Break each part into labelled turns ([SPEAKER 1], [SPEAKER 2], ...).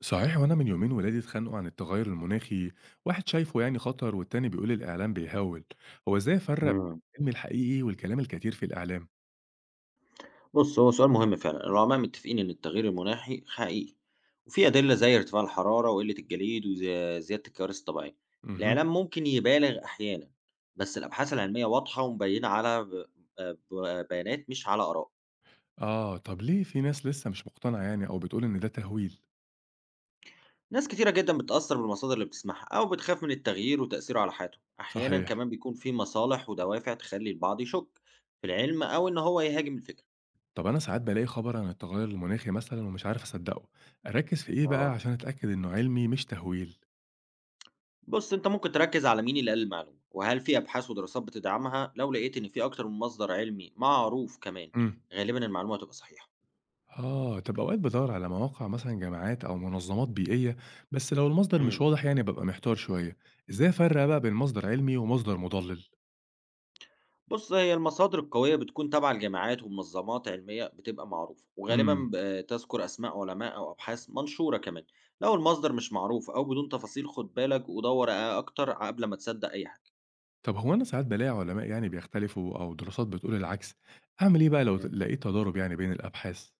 [SPEAKER 1] صحيح، وانا من يومين ولادي اتخانقوا عن التغير المناخي. واحد شايفه يعني خطر والتاني بيقول الاعلام بيهول. هو ازاي افرق
[SPEAKER 2] إمم.
[SPEAKER 1] العلم الحقيقي والكلام الكتير في الاعلام؟
[SPEAKER 2] بُص، هو سؤال مهم فعلًا. العلماء متّفقين إن التغيير المناخي حقيقي، وفي أدلة زي ارتفاع الحرارة وقلة الجليد وز زيادة الكوارث الطبيعية.
[SPEAKER 1] اها.
[SPEAKER 2] الإعلام ممكن يبالغ أحيانًا، بس الأبحاث العلمية واضحة ومبينة على ب ب بيانات مش على آراء.
[SPEAKER 1] اه، طب ليه في ناس لسه مش مقتنعه يعني او بتقول ان ده تهويل؟
[SPEAKER 2] ناس كتيرة جدًا بتتأثّر بالمصادر اللي بتسمعها أو بتخاف من التغيير وتأثيره على حياتهم. أحيانًا
[SPEAKER 1] صحيح.
[SPEAKER 2] كمان بيكون في مصالح ودوافع تخلّي البعض يشُك في العلم أو إن هو يهاجم الفكرة.
[SPEAKER 1] طب انا ساعات بلاقي خبر عن التغير المناخي مثلا ومش عارف اصدقه، اركز في ايه بقى
[SPEAKER 2] آه.
[SPEAKER 1] عشان اتاكد انه علمي مش تهويل؟
[SPEAKER 2] بص انت ممكن تركز على مين اللي قال المعلومة وهل في ابحاث ودراسات بتدعمها. لو لقيت ان في اكتر من مصدر علمي معروف كمان
[SPEAKER 1] امم.
[SPEAKER 2] غالبا المعلومة هتبقى صحيحة.
[SPEAKER 1] آه، طب أوقات بادوّر على مواقع مثلًا جامعات أو منظمات بيئية، بس لو المصدر مش
[SPEAKER 2] امم،
[SPEAKER 1] واضح يعني بابقى محتار شوية، إزاي أفرّق بقى بين مصدر علمي ومصدر مُضلِّل؟
[SPEAKER 2] بص هي المصادر القوية بتكون تابعة لجامعات ومنظمات علمية بتبقى معروفة،
[SPEAKER 1] إمم.
[SPEAKER 2] وغالبا تذكر اسماء علماء او ابحاث منشورة. كمان لو المصدر مش معروف او بدون تفاصيل، خد بالك ودور اكتر قبل ما تصدق اي حاجة.
[SPEAKER 1] طب هو أنا ساعات بالاقي علماء يعني بيختلفوا أو دراسات بتقول العكس، أعمل إيه بقى لو لقيت تضارب يعني بين الأبحاث؟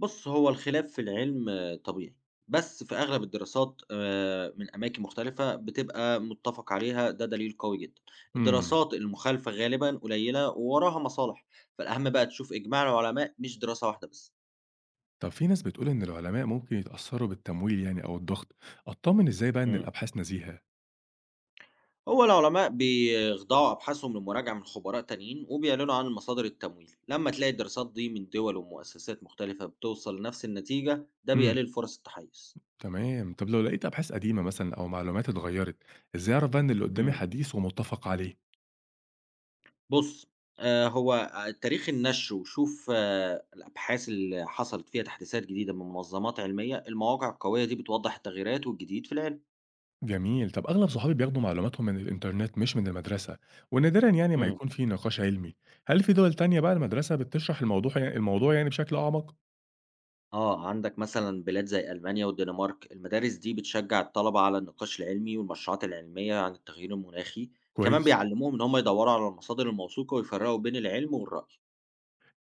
[SPEAKER 2] بُص، هو الخلاف في العلم طبيعي، بس في أغلب الدراسات من أماكن مختلفة بتبقى متّفق عليها، ده دليل قوي جدًا.
[SPEAKER 1] إمم.
[SPEAKER 2] الدراسات المخالفة غالبًا قليلة ووراها مصالح، فالأهم بقى تشوف إجماع العلماء مش دراسة واحدة بس.
[SPEAKER 1] طب في ناس بتقول إن العلماء ممكن يتأثّروا بالتمويل يعني أو الضغط، أتطمن إزاي بقى إن
[SPEAKER 2] إمم.
[SPEAKER 1] الأبحاث نزيهة؟
[SPEAKER 2] هو العلماء بيخضعوا أبحاثهم لمراجعة من خبراء تانيين وبيعلنوا عن مصادر التمويل. لمّا تلاقي الدراسات دي من دول ومؤسسات مختلفة بتوصل لنفس النتيجة، ده
[SPEAKER 1] إمم،
[SPEAKER 2] بيقلل فرص التحيُّز.
[SPEAKER 1] تمام، طب لو لقيت أبحاث قديمة مثلًا أو معلومات اتغيّرت، إزاي أعرف بقى إن اللي قدّامي
[SPEAKER 2] إمم.
[SPEAKER 1] حديث ومُتّفق عليه؟
[SPEAKER 2] بُص، هو تاريخ النشر، وشوف الأبحاث اللي حصلت فيها تحديثات جديدة من منظمات علمية. المواقع القوية دي بتوضّح التغييرات والجديد في العلم.
[SPEAKER 1] جميل. طب أغلب صحابي بياخدوا معلوماتهم من الإنترنت مش من المدرسة، ونادرا يعني ما
[SPEAKER 2] إمم.
[SPEAKER 1] يكون في نقاش علمي. هل في دول تانية بقى المدرسة بتشرح الموضوع يعني بشكل أعمق؟
[SPEAKER 2] آه، عندك مثلًا بلاد زي ألمانيا والدنمارك، المدارس دي بتشجّع الطلبة على النقاش العلمي والمشروعات العلمية عن التغيير المناخي، كمان
[SPEAKER 1] كويس.
[SPEAKER 2] بيعلّموهم إن هم يدوّروا على المصادر الموثوقة ويفرّقوا بين العلم والرأي.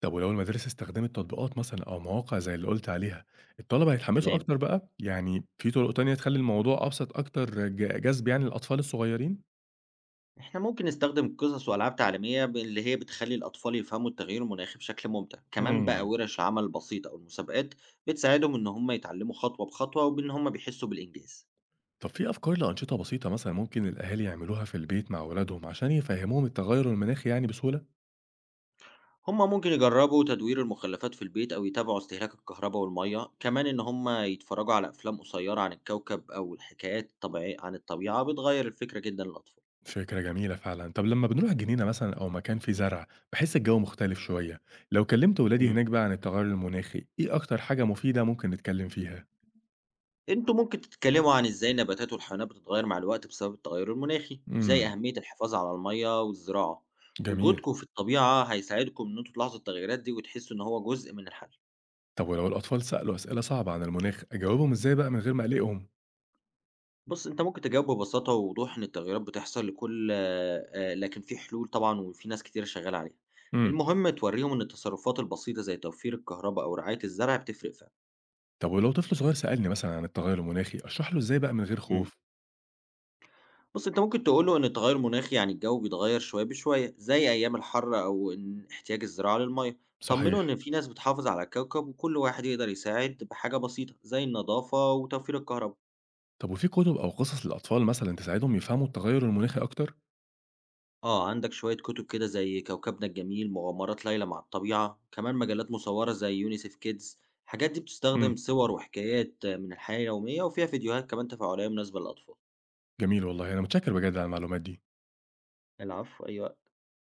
[SPEAKER 1] طب ولو المدرسة استخدمت تطبيقات مثلا أو مواقع زي اللي قلت عليها، الطلبة هيتحمسوا
[SPEAKER 2] تمام.
[SPEAKER 1] أكتر بقى؟ يعني في طرق تانية تخلي الموضوع أبسط أكتر جذب يعني الأطفال الصغيرين؟
[SPEAKER 2] إحنا ممكن نستخدم قصص وألعاب تعليمية اللي هي بتخلي الأطفال يفهموا التغيير المناخي بشكل ممتع، كمان بقى
[SPEAKER 1] مم.
[SPEAKER 2] ورش عمل بسيطة أو المسابقات بتساعدهم إن هم يتعلموا خطوة بخطوة وبإن هم بيحسوا بالإنجاز.
[SPEAKER 1] طب في أفكار لأنشطة بسيطة مثلا ممكن الأهالي يعملوها في البيت مع أولادهم عشان يفهموهم التغير المناخي يعني بسهولة؟
[SPEAKER 2] هم ممكن يجربوا تدوير المخلفات في البيت أو يتابعوا استهلاك الكهرباء والمية، كمان إن هم يتفرجوا على أفلام قصيرة عن الكوكب أو الحكايات الطبيعية. عن الطبيعة بتغير الفكرة جدا للأطفال.
[SPEAKER 1] فكرة جميلة فعلًا. طب لمّا بنروح جنينة مثلًا أو مكان فيه زرع، باحس الجو مختلف شوية. لو كلمت ولادي هناك بقى عن التغير المناخي، إيه أكتر حاجة مفيدة ممكن نتكلم فيها؟
[SPEAKER 2] انتوا ممكن تتكلموا عن ازاي النباتات والحيوانات بتتغير مع الوقت بسبب التغير المناخي، وزي
[SPEAKER 1] إمم،
[SPEAKER 2] اهمية الحفاظ على المية والزراعة.
[SPEAKER 1] جميل.
[SPEAKER 2] وجودكم في الطبيعة هيساعدكم ان انتوا تلاحظوا التغيرات دي وتحسوا ان هو جزء من الحل.
[SPEAKER 1] طب ولو الأطفال سألوا أسئلة صعبة عن المناخ، أجاوبهم إزاي بقى من غير ما أقلقهم؟
[SPEAKER 2] بص انت ممكن تجاوب ببساطة ووضوح ان التغيرات بتحصل لكل لكن في حلول طبعا وفي ناس كتير شغالة عليها.
[SPEAKER 1] إمم.
[SPEAKER 2] المهم توريهم ان التصرفات البسيطة زي توفير الكهرباء او رعاية الزرع بتفرق فعلا.
[SPEAKER 1] طب ولو طفل صغير سألني مثلًا عن التغير المناخي، أشرح له إزاي بقى من غير
[SPEAKER 2] مم.
[SPEAKER 1] خوف؟
[SPEAKER 2] بُص، أنت ممكن تقول له إن التغير المناخي يعني الجو بيتغير شوية بشوية، زي أيام الحر أو إن احتياج الزراعة للمَيّة. طمّنه
[SPEAKER 1] صحيح.
[SPEAKER 2] إن في ناس بتحافظ على الكوكب وكل واحد يقدر يساعد بحاجة بسيطة، زي النضافة وتوفير الكهربا.
[SPEAKER 1] طب وفي كتب أو قصص للأطفال مثلًا تساعدهم يفهموا التغير المناخي أكتر؟
[SPEAKER 2] آه، عندك شوية كتب كده زي كوكبنا الجميل، مغامرات ليلى مع الطبيعة، كمان مجلات مصورة زي يونيسيف كيدز. الحاجات دي بتستخدم
[SPEAKER 1] إمم،
[SPEAKER 2] صور وحكايات من الحياة اليومية، وفيها فيديوهات كمان تفاعلية مناسبة للأطفال.
[SPEAKER 1] جميل والله. أنا متشكر بجد على المعلومات دي.
[SPEAKER 2] العفو، أي وقت.